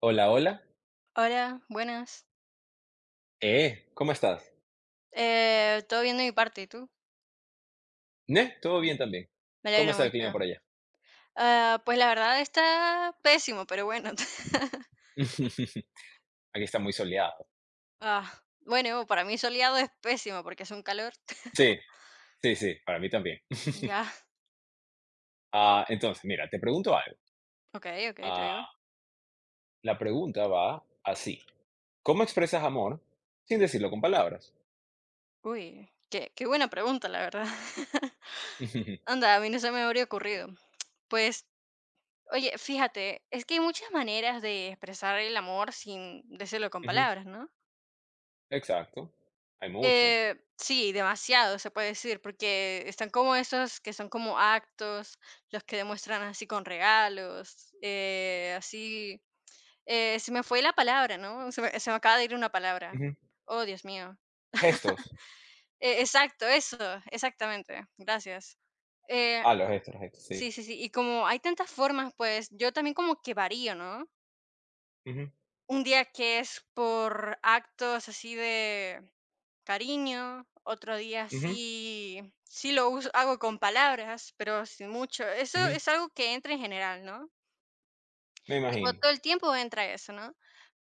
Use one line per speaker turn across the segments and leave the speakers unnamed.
Hola, hola.
Hola, buenas.
¿Cómo estás?
Todo bien de mi parte, ¿y tú?
¿Ne? Todo bien también.
Me
¿Cómo
alegra
está el clima
mucho.
por allá?
Ah, pues la verdad está pésimo, pero bueno.
Aquí está muy soleado.
Ah, bueno, para mí soleado es pésimo porque es un calor.
Sí, sí, sí, para mí también.
Ya,
Ah, entonces, mira, te pregunto algo.
ok, ok, te digo.
Ah, la pregunta va así. ¿Cómo expresas amor sin decirlo con palabras?
Uy, qué buena pregunta, la verdad. Anda, a mí no se me habría ocurrido. Pues, oye, fíjate, es que hay muchas maneras de expresar el amor sin decirlo con
Ujú,
palabras, ¿no?
exacto. Hay muchos.
Sí, demasiado se puede decir, porque están como esos que son como actos, los que demuestran así con regalos, así, se me fue la palabra, ¿no? Se me acaba de ir una palabra.
Ujú.
Oh, Dios mío.
Gestos.
Exacto, eso, exactamente. Gracias. Eh,
Ah, los gestos, sí.
sí, sí, sí. Y como hay tantas formas, pues yo también como que varío, ¿no?
Ujú,
Un día que es por actos así de cariño, otro día
ujú,
sí, sí lo uso, hago con palabras, pero sin mucho. Eso
ujú.
es algo que entra en general, ¿no?
Me
Tipo,
imagino.
todo el tiempo entra eso, ¿no?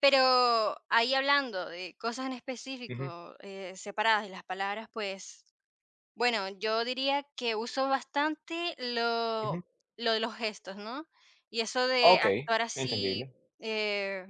Pero ahí hablando de cosas en
Ujú,
específico, separadas de las palabras, pues, bueno, yo diría que uso bastante
ujú.
lo de los gestos, ¿no? Y eso de
Ok,
actuar así,
entendible.
eh,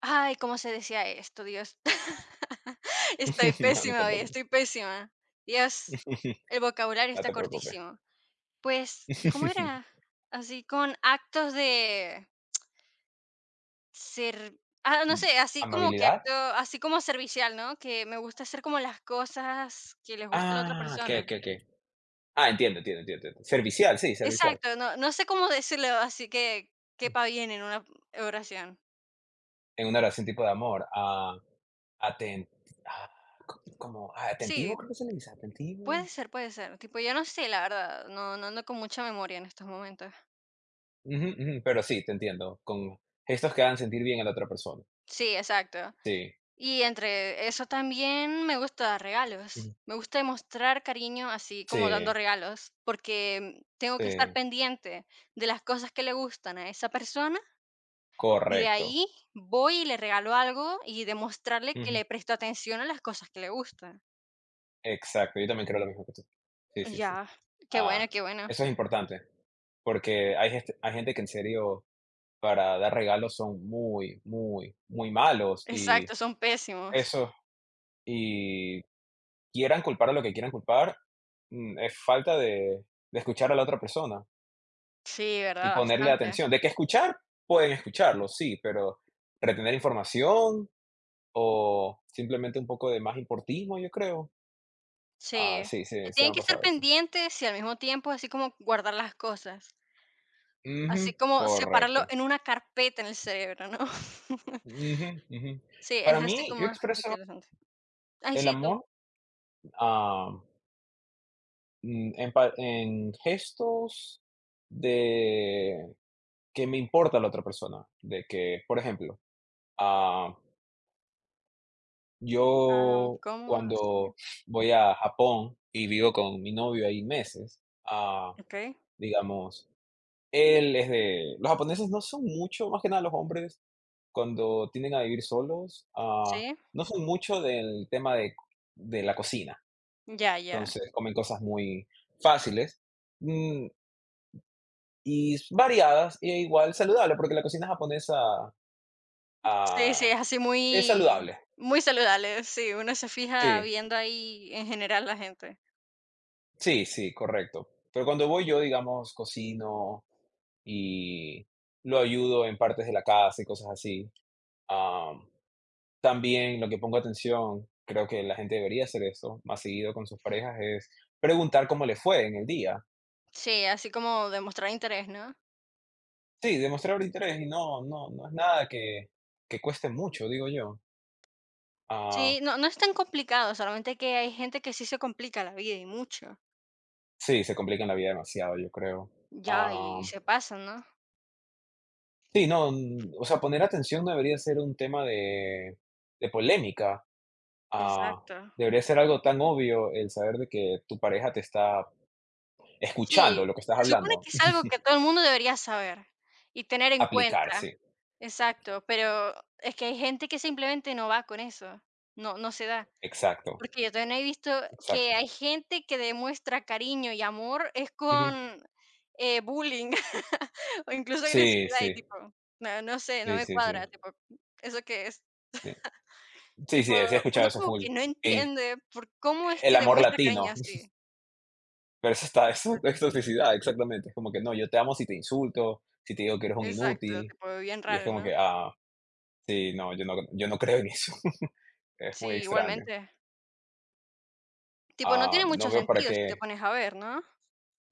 ay, ¿cómo se decía esto? Dios. Estoy
No, no te
pésima hoy,
preocupes.
estoy pésima. Dios, el vocabulario
No
está
te preocupes.
cortísimo. Pues, ¿cómo era? Así con actos de ser, ah, no sé, así como que
¿Amabilidad?
acto, así como servicial, ¿no? Que me gusta hacer como las cosas que les gusta a la otra
Ah, qué,
persona.
qué, qué, ah, entiendo, entiendo, entiendo, entiendo. Servicial, sí, servicial.
Exacto, no, no sé cómo decirlo, así que quepa bien en una oración.
En una relación tipo de amor. Ah, aten ah, co como atentivo,
Sí,
creo que se le dice, atentivo.
puede ser, puede ser. Tipo, yo no sé, la verdad, no, no ando con mucha memoria en estos momentos.
Ujú, ujú, pero sí, te entiendo. Con gestos que hagan sentir bien a la otra persona.
Sí, exacto.
Sí,
Y entre eso también me gusta dar regalos.
mm,
Me gusta demostrar cariño así como dando
sí,
regalos, porque tengo que estar
sí,
pendiente de las cosas que le gustan a esa persona y de
correcto.
ahí voy y le regalo algo y demostrarle que
Ujú,
le presto atención a las cosas que le gustan.
exacto, yo también creo lo mismo que tú. Sí, sí, sí.
Ya, qué bueno,
Ah,
qué bueno.
eso es importante, porque hay gente que en serio para dar regalos son muy, muy, muy malos y
Exacto, son pésimos.
eso, y quieran culpar a lo que quieran culpar, es falta de escuchar a la otra persona
Sí,
y
¿verdad?
ponerle
Bastante.
atención. De que escuchar, pueden escucharlo, sí, pero retener información o simplemente un poco de más importismo, yo creo. Ah,
Sí.
sí, sí, sí me
Tienen
ha
que estar
pasado eso.
pendientes y al mismo tiempo así como guardar las cosas.
Ujú,
Así como separarlo
correcto.
en una carpeta en el cerebro, ¿no?
Ujú, ujú.
Sí,
Para
es así
mí, yo
como
expreso
interesante. Ay,
el
sí, tú,
amor, ah en gestos de que me importa la otra persona, de que, por ejemplo, ah, yo
¿cómo? Así,
cuando voy a Japón y vivo con mi novio ahí meses,
¿ok?
digamos, él es de los japoneses no son mucho, más que nada los hombres, cuando tienden a vivir solos,
Sí,
no son mucho del tema de la cocina.
ya, ya.
Entonces, comen cosas muy fáciles. Mm, Y s variadas, e igual saludable, porque la cocina japonesa,
Sí, sí,
ah,
es así
es
muy
saludable.
muy saludable, sí, uno se fija
Sí,
viendo ahí en general la gente.
sí, sí, correcto. Pero cuando voy yo, digamos, cocino y lo ayudo en partes de la casa y cosas así. Am, También lo que pongo atención, creo que la gente debería hacer esto más seguido con sus parejas, es preguntar cómo le fue en el día.
Sí, así como demostrar interés, ¿no?
Sí, demostrar interés y no es nada que cueste mucho, digo yo.
Sí,
Ah,
no no es tan complicado, solamente que hay gente que sí se complica la vida y mucho.
sí, se complican la vida demasiado, yo creo.
Ya, y
Ah,
y se pasan, ¿no?
sí, no, o sea, poner atención no debería ser un tema de polémica. Ah,
Exacto.
debería ser algo tan obvio el saber de que tu pareja te está escuchando
Sí,
lo que estás
se supone
hablando.
que es algo que todo el mundo debería saber y tener en
Aplicar,
cuenta.
sí.
Exacto, pero es que hay gente que simplemente no va con eso, no no se da.
Exacto,
Porque yo también he visto que
exacto.
hay gente que demuestra cariño y amor es
Ujú.
con, bullying o incluso
Sí,
agresividad y
sí,
tipo, no no sé, no
sí,
me
sí, sí,
cuadra, tipo, ¿eso qué es?
sí. Sí,
Tipo,
sí, sí, he escuchado
uno
eso
como
full.
que no
Es
entiende por cómo es
el
que
amor
demuestra
latino,
cariño así.
pero eso está, eso es toxicidad, exactamente. Es como que no, yo te amo si te insulto, si te digo que eres un
Exacto,
inútil,
tipo, bien
y es
raro,
como
¿no?
que, sí, no, yo no creo en eso. Es muy
Sí,
extraño.
igualmente. Tipo, no
Ah,
tiene
no
mucho
veo para
sentido si te
qué
pones a ver, ¿no?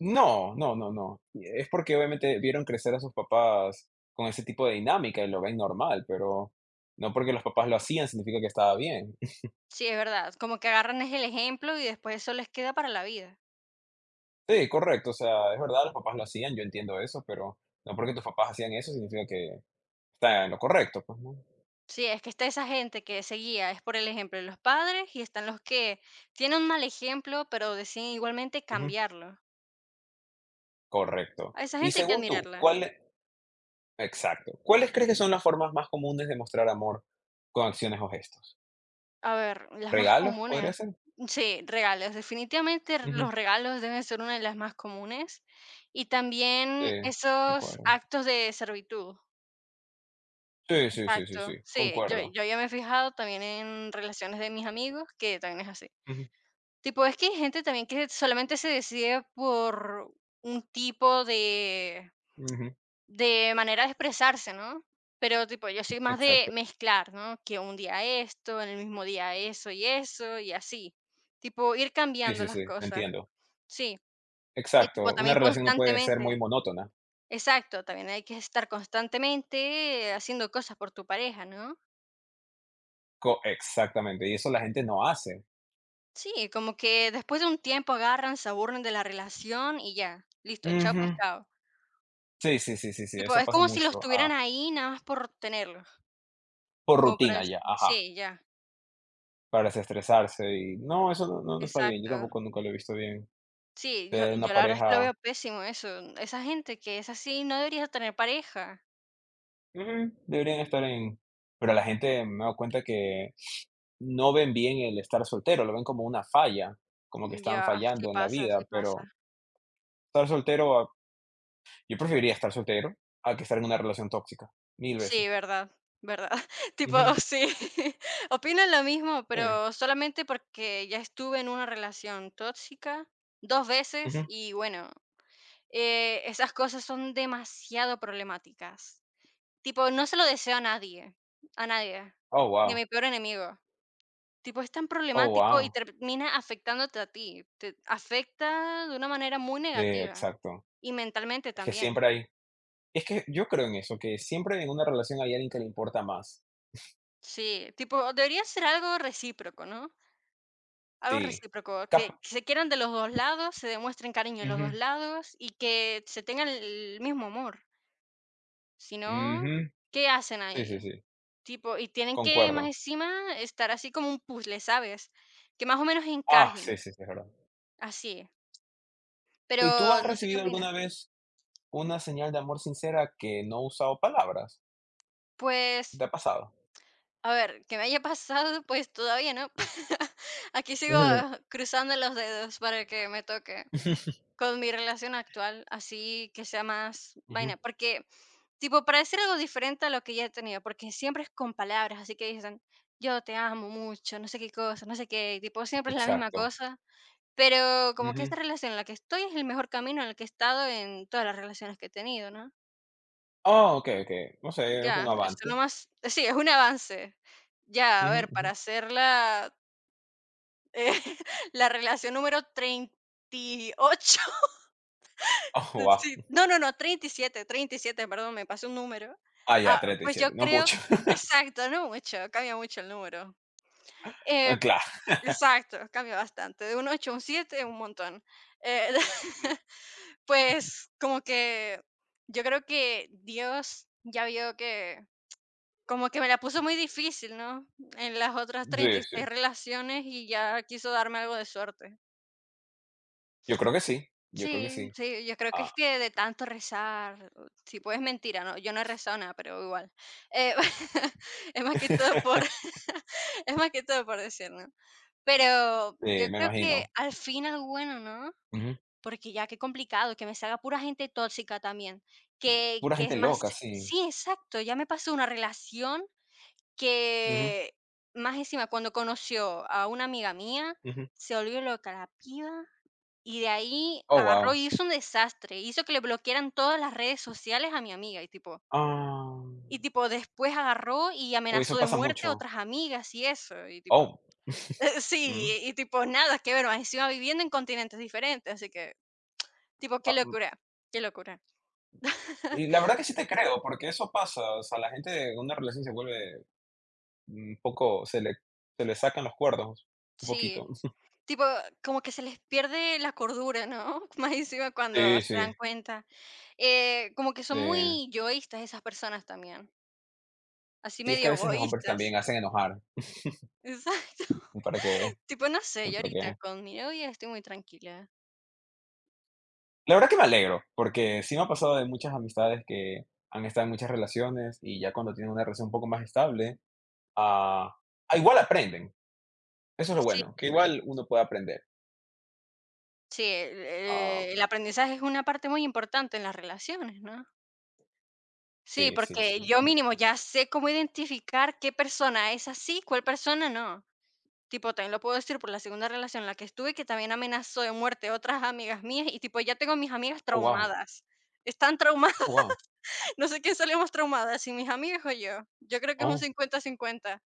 no, no, no, no. Y es porque obviamente vieron crecer a sus papás con ese tipo de dinámica y lo ven normal, pero no porque los papás lo hacían significa que estaba bien.
Sí, es verdad. Como que agarran es el ejemplo y después eso les queda para la vida.
Sí, correcto, o sea, es verdad, los papás lo hacían, yo entiendo eso, pero no porque tus papás hacían eso significa que está en lo correcto, pues, ¿no?
Sí, es que está esa gente que se guía, es por el ejemplo de los padres y están los que tienen un mal ejemplo, pero deciden igualmente
Ujú,
cambiarlo.
correcto.
A esa
Y
gente hay que
según tú,
admirarla.
exacto, ¿cuáles crees que son las formas más comunes de mostrar amor con acciones o gestos?
A ver, las más
¿Regalos podría
comunes.
ser?
Sí, regalos. Definitivamente
Ujú,
los regalos deben ser una de las más comunes. Y
sí,
también esos
concuerdo.
actos de servitud.
Sí, sí, sí, sí, sí,
Exacto, sí, yo
concuerdo.
yo ya me he fijado también en relaciones de mis amigos que también es así.
Ujú,
Tipo, es que hay gente también que solamente se decide por un tipo de
ujú,
de manera de expresarse, ¿no? Pero, tipo, yo soy más de
exacto.
mezclar, ¿no? Que un día esto, en el mismo día eso y eso, y así. Tipo, ir
Sí,
cambiando
sí, sí,
las cosas.
entiendo.
Sí, y tipo
Exacto, una
también
relación no puede ser muy
constantemente.
monótona.
Exacto, también hay que estar constantemente haciendo cosas por tu pareja, ¿no?
Co Exactamente, y eso la gente no hace.
Sí, como que después de un tiempo agarran, se aburren de la relación y ya, listo, chao
Ujú.
pescado.
Sí, sí, sí, sí, sí,
Tipo,
eso
es
pasa
como si los
mucho,
tuvieran ahí nada más por tenerlos,
por
como para
rutina
decir,
ya, ajá,
sí, ya,
para desestresarse y no, eso no está bien, yo
exacto.
tampoco nunca lo he visto bien,
Sí, yo,
tener una
yo la verdad es que lo
pareja.
veo pésimo eso. Esa gente que es así no debería tener pareja.
Ujú, deberían estar en pero la gente me da cuenta que no ven bien el estar soltero, lo ven como una falla, como que están
Ya, sí
fallando en la
pasa, sí
vida,
pasa.
pero estar soltero, yo preferiría estar soltero a que estar en una relación tóxica, mil veces.
Sí, verdad, verdad. Tipo,
Ujú,
sí, opino lo mismo,
eh,
pero solamente porque ya estuve en una relación tóxica dos veces
ujú.
y bueno, Esas cosas son demasiado problemáticas. Tipo, no se lo deseo a nadie,
Oh,
ni a
wow,
mi peor enemigo. Tipo, es tan
oh,
problemático y
wow.
termina afectándote a ti. Te afecta de una manera muy negativa
Exacto.
y mentalmente
Es que
también.
siempre hay, es que yo creo en eso, que siempre en una relación hay alguien que le importa más.
Sí, tipo, debería ser algo recíproco, ¿no? Algo
Sí.
recíproco, que
Cap
se quieran de los dos lados, se demuestren cariño en los dos
Ujú,
lados y que se tengan el mismo amor. Si no,
ujú.
¿qué hacen
Sí, sí,
ahí?
sí,
Tipo, y tienen que más
concuerdo.
encima estar así como un puzzle, ¿sabes? Que más o menos
Ah, sí,
encajen,
sí, sí, es verdad.
así.
¿Y tú
Pero
has
no sé qué
recibido
opinas.
alguna vez una señal de amor sincera que no ha usado palabras?
Pues,
¿Te ha pasado?
a ver, que me haya pasado, pues todavía no. Aquí sigo
Ujú.
cruzando los dedos para que me toque con mi relación actual, así que sea más
Ujú,
vaina. Porque, tipo, para decir algo diferente a lo que ya he tenido, porque siempre es con palabras, así que dicen, yo te amo mucho, no sé qué cosa, no sé qué, y tipo, siempre es la misma
exacto.
cosa. Pero como que
Ujú.
esta relación en la que estoy es el mejor camino en el que he estado en todas las relaciones que he tenido, ¿no?
Ah, okey, okey. No sé, es un
Ya, eso
avance.
nomás, sí, es un avance. Ya, a
Ujú,
ver,
ujú.
para hacer la, eh, la relación número 38,
Ah, guau.
sí, no, no, no, treinta y siete, treinta y siete. Perdón, me pasé un número.
Ah, ya,
Ah,
treinta y
pues yo
siete, no
creo,
mucho.
exacto, no mucho, cambia mucho el número.
Ah,
Eh,
claro.
exacto, cambia bastante, de un 8 a un 7, un montón. Eh,
Ujú.
Pues, como que yo creo que Dios ya vio que como que me la puso muy difícil, ¿no? En las otras
Sí,
treinta y
sí.
seis relaciones y ya quiso darme algo de suerte.
Yo creo que sí, yo creo que
Sí,
sí.
sí, yo creo que
Ah.
es que de tanto rezar, o si puedes mentira, ¿no? Yo no he rezado nada, pero igual. Eh, es más que todo por es más que todo por decir, ¿no? Pero
Sí,
yo
me
creo que
imagino.
al final, bueno, ¿no?
Ujú.
Porque ya qué complicado, que me salga pura gente tóxica también, que
Pura
que
gente
es más
loca, sí.
sí, exacto, ya me pasó una relación
Ujú,
que más encima cuando conoció a una amiga mía,
ujú.
se volvió loca la piba, y de ahí
Oh,
agarró
wow.
y hizo un desastre, hizo que le bloquearan todas las redes sociales a mi amiga,
Ah.
y tipo después agarró y
Uy, eso
amenazó de
pasa
muerte a
mucho.
otras amigas y eso, y tipo
Oh. Mm.
sí, y tipo nada que ver, más encima viviendo en continentes diferentes, así que tipo, qué
Ah,
locura, qué locura.
y la verdad que sí te creo, porque eso pasa, o sea, la gente en una relación se vuelve Un poco se le sacan los cuerdos, un poquito.
Sí, tipo, como que se les pierde la cordura, ¿no? Más encima cuando
Sí,
se
sí,
dan cuenta. Como que son
eh,
muy yoístas esas personas también, así
sí, es que
medio
a veces los hombres
egoístas.
también hacen enojar,
Exacto.
para qué,
Tipo, no sé, yo
para
ahorita
qué.
con mi novia estoy muy tranquila.
La verdad que me alegro, porque sí me ha pasado de muchas amistades que han estado en muchas relaciones y ya cuando tienen una relación un poco más estable, ah, igual aprenden. Eso es lo
Sí,
bueno, que igual uno puede aprender.
sí, el,
Ah,
eh, el aprendizaje es una parte muy importante en las relaciones, ¿no? Sí,
sí, sí,
porque yo
sí.
mínimo ya sé cómo identificar qué persona es así, cuál persona no. Tipo, también lo puedo decir por la segunda relación en la que estuve, que también amenazó de muerte a otras amigas mías, y tipo, ya tengo a mis amigas, sí,
Oh, wow
traumadas. Están traumadas,
oh, Guau.
no sé quién salió más traumada, si mis amigas o yo. Yo creo que es un
Oh,
50 cincuenta.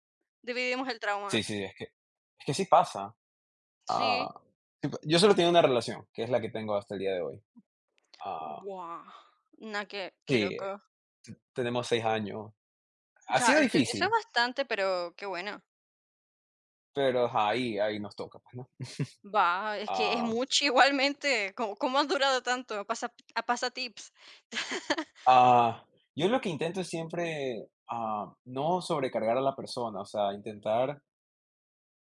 Dividimos el
sí,
trauma.
sí, es que sí pasa.
Sí.
Ah, sí, pa yo solo tengo una relación, que es la que tengo hasta el día de hoy. Ah.
Guau. Nah, qué
Sí,
loco.
tenemos 6 años. Ha
Ya,
sido
este, eso es
difícil,
bastante, pero qué bueno.
pero ajá, ahí nos toca, pues, ¿no?
Va, es que es
Ah,
mucho igualmente. ¿Cómo has durado tanto? Pasa, a pasatips.
ah, yo lo que intento es siempre, no sobrecargar a la persona, o sea, intentar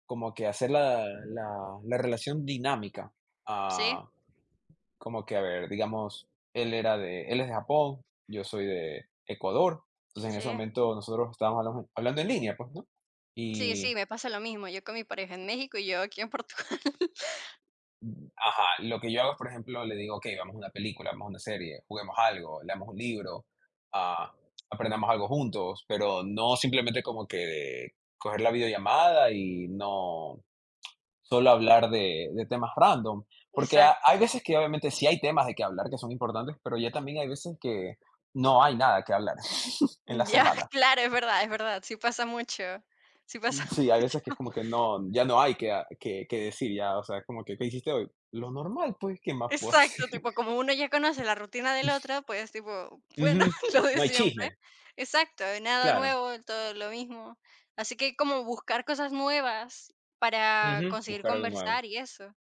como que hacer la relación dinámica.
Sí,
Ah, como que, a ver, digamos, él es de Japón, yo soy de Ecuador. Entonces, en ese
sí.
momento nosotros estábamos hablamos hablando en línea, pues, ¿no?
Sí, sí,
Y
me pasa lo mismo. Yo con mi pareja en México y yo aquí en Portugal.
ajá, lo que yo hago es, por ejemplo, le digo: "Okey, veamos una película, veamos una serie, juguemos algo, leamos un libro, ah, aprendamos algo juntos", pero no simplemente como que coger la videollamada y no solo hablar de temas random, porque ha hay
Exacto.
veces que obviamente sí hay temas de que hablar que son importantes, pero ya también hay veces que no hay nada que hablar en la
Ya,
semana.
claro, es verdad, es verdad. Sí pasa mucho. Sí pasa
Sí, hay veces que es
mucho.
como que no, ya no hay que decir, ya, o sea, como que: "¿Qué hiciste hoy?". Lo normal, pues, ¿qué más puedo
Exacto,
hacer?
tipo, como uno ya conoce la rutina del otro, pues tipo, bueno,
Ujú.
lo de
No hay
siempre.
chisme,
Exacto, nada
claro.
nuevo, todo lo mismo. Así que como buscar cosas nuevas para
Ujú.
conseguir
Buscar algo nuevo.
conversar y eso.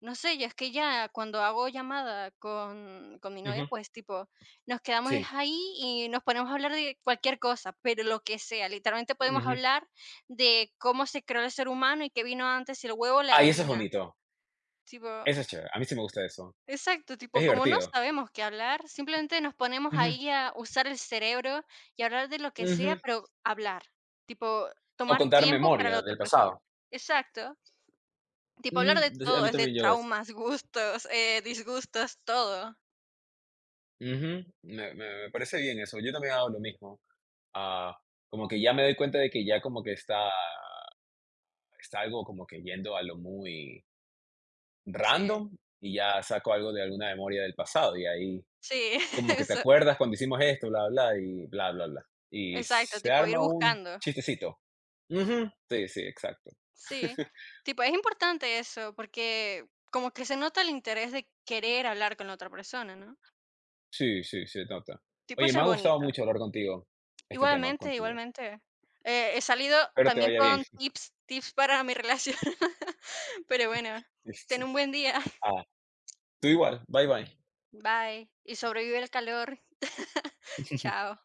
No sé, yo es que ya cuando hago llamada con mi novia,
Ujú.
pues tipo, nos quedamos es
Sí.
ahí y nos ponemos a hablar de cualquier cosa, pero lo que sea. Literalmente podemos
Ujú.
hablar de cómo se creó el ser humano y qué vino antes, si el huevo o la
Ah, y eso es
gallina.
bonito.
Tipo,
Eso es chévere. A mí sí me gusta eso.
exacto,
Es
tipo, como no
divertido.
sabemos qué hablar, simplemente nos ponemos
Ujú,
ahí a usar el cerebro y hablar de lo que sea,
ujú.
pero hablar. Tipo,
O
tomar
contar
tiempo para
memoria
la otra
del pasado.
persona. Exacto. Tipo,
Ujú.
hablar de
Entonces, a
todo,
mí
es de
también llegó eso.
traumas, gustos, disgustos, todo.
Ujú. Me parece bien eso. Yo también hago lo mismo. Ah, como que ya me doy cuenta de que ya como que está algo como que yendo a lo muy
Sí,
random y ya saco algo de alguna memoria del pasado y ahí
sí,
como que te
eso,
acuerdas cuando hicimos esto, bla, bla, y bla, bla, bla. Y
exacto,
se
tipo ir
arma un
buscando.
chistecito. Ujú. Sí, sí, exacto.
Sí, tipo, es importante eso, porque como que se nota el interés de querer hablar con la otra persona, ¿no?
Sí, sí, se nota.
Tipo,
Oye, me
eso es
ha gustado
bonito.
mucho hablar contigo, este tema
Igualmente,
contigo.
igualmente. He salido
Espero te
también
vaya bien.
con tips, tips para mi relación. Pero bueno,
Sí, sí.
ten un buen día.
Ah, tú igual. Bye, bye.
Bye. Y sobrevive el calor. Chao.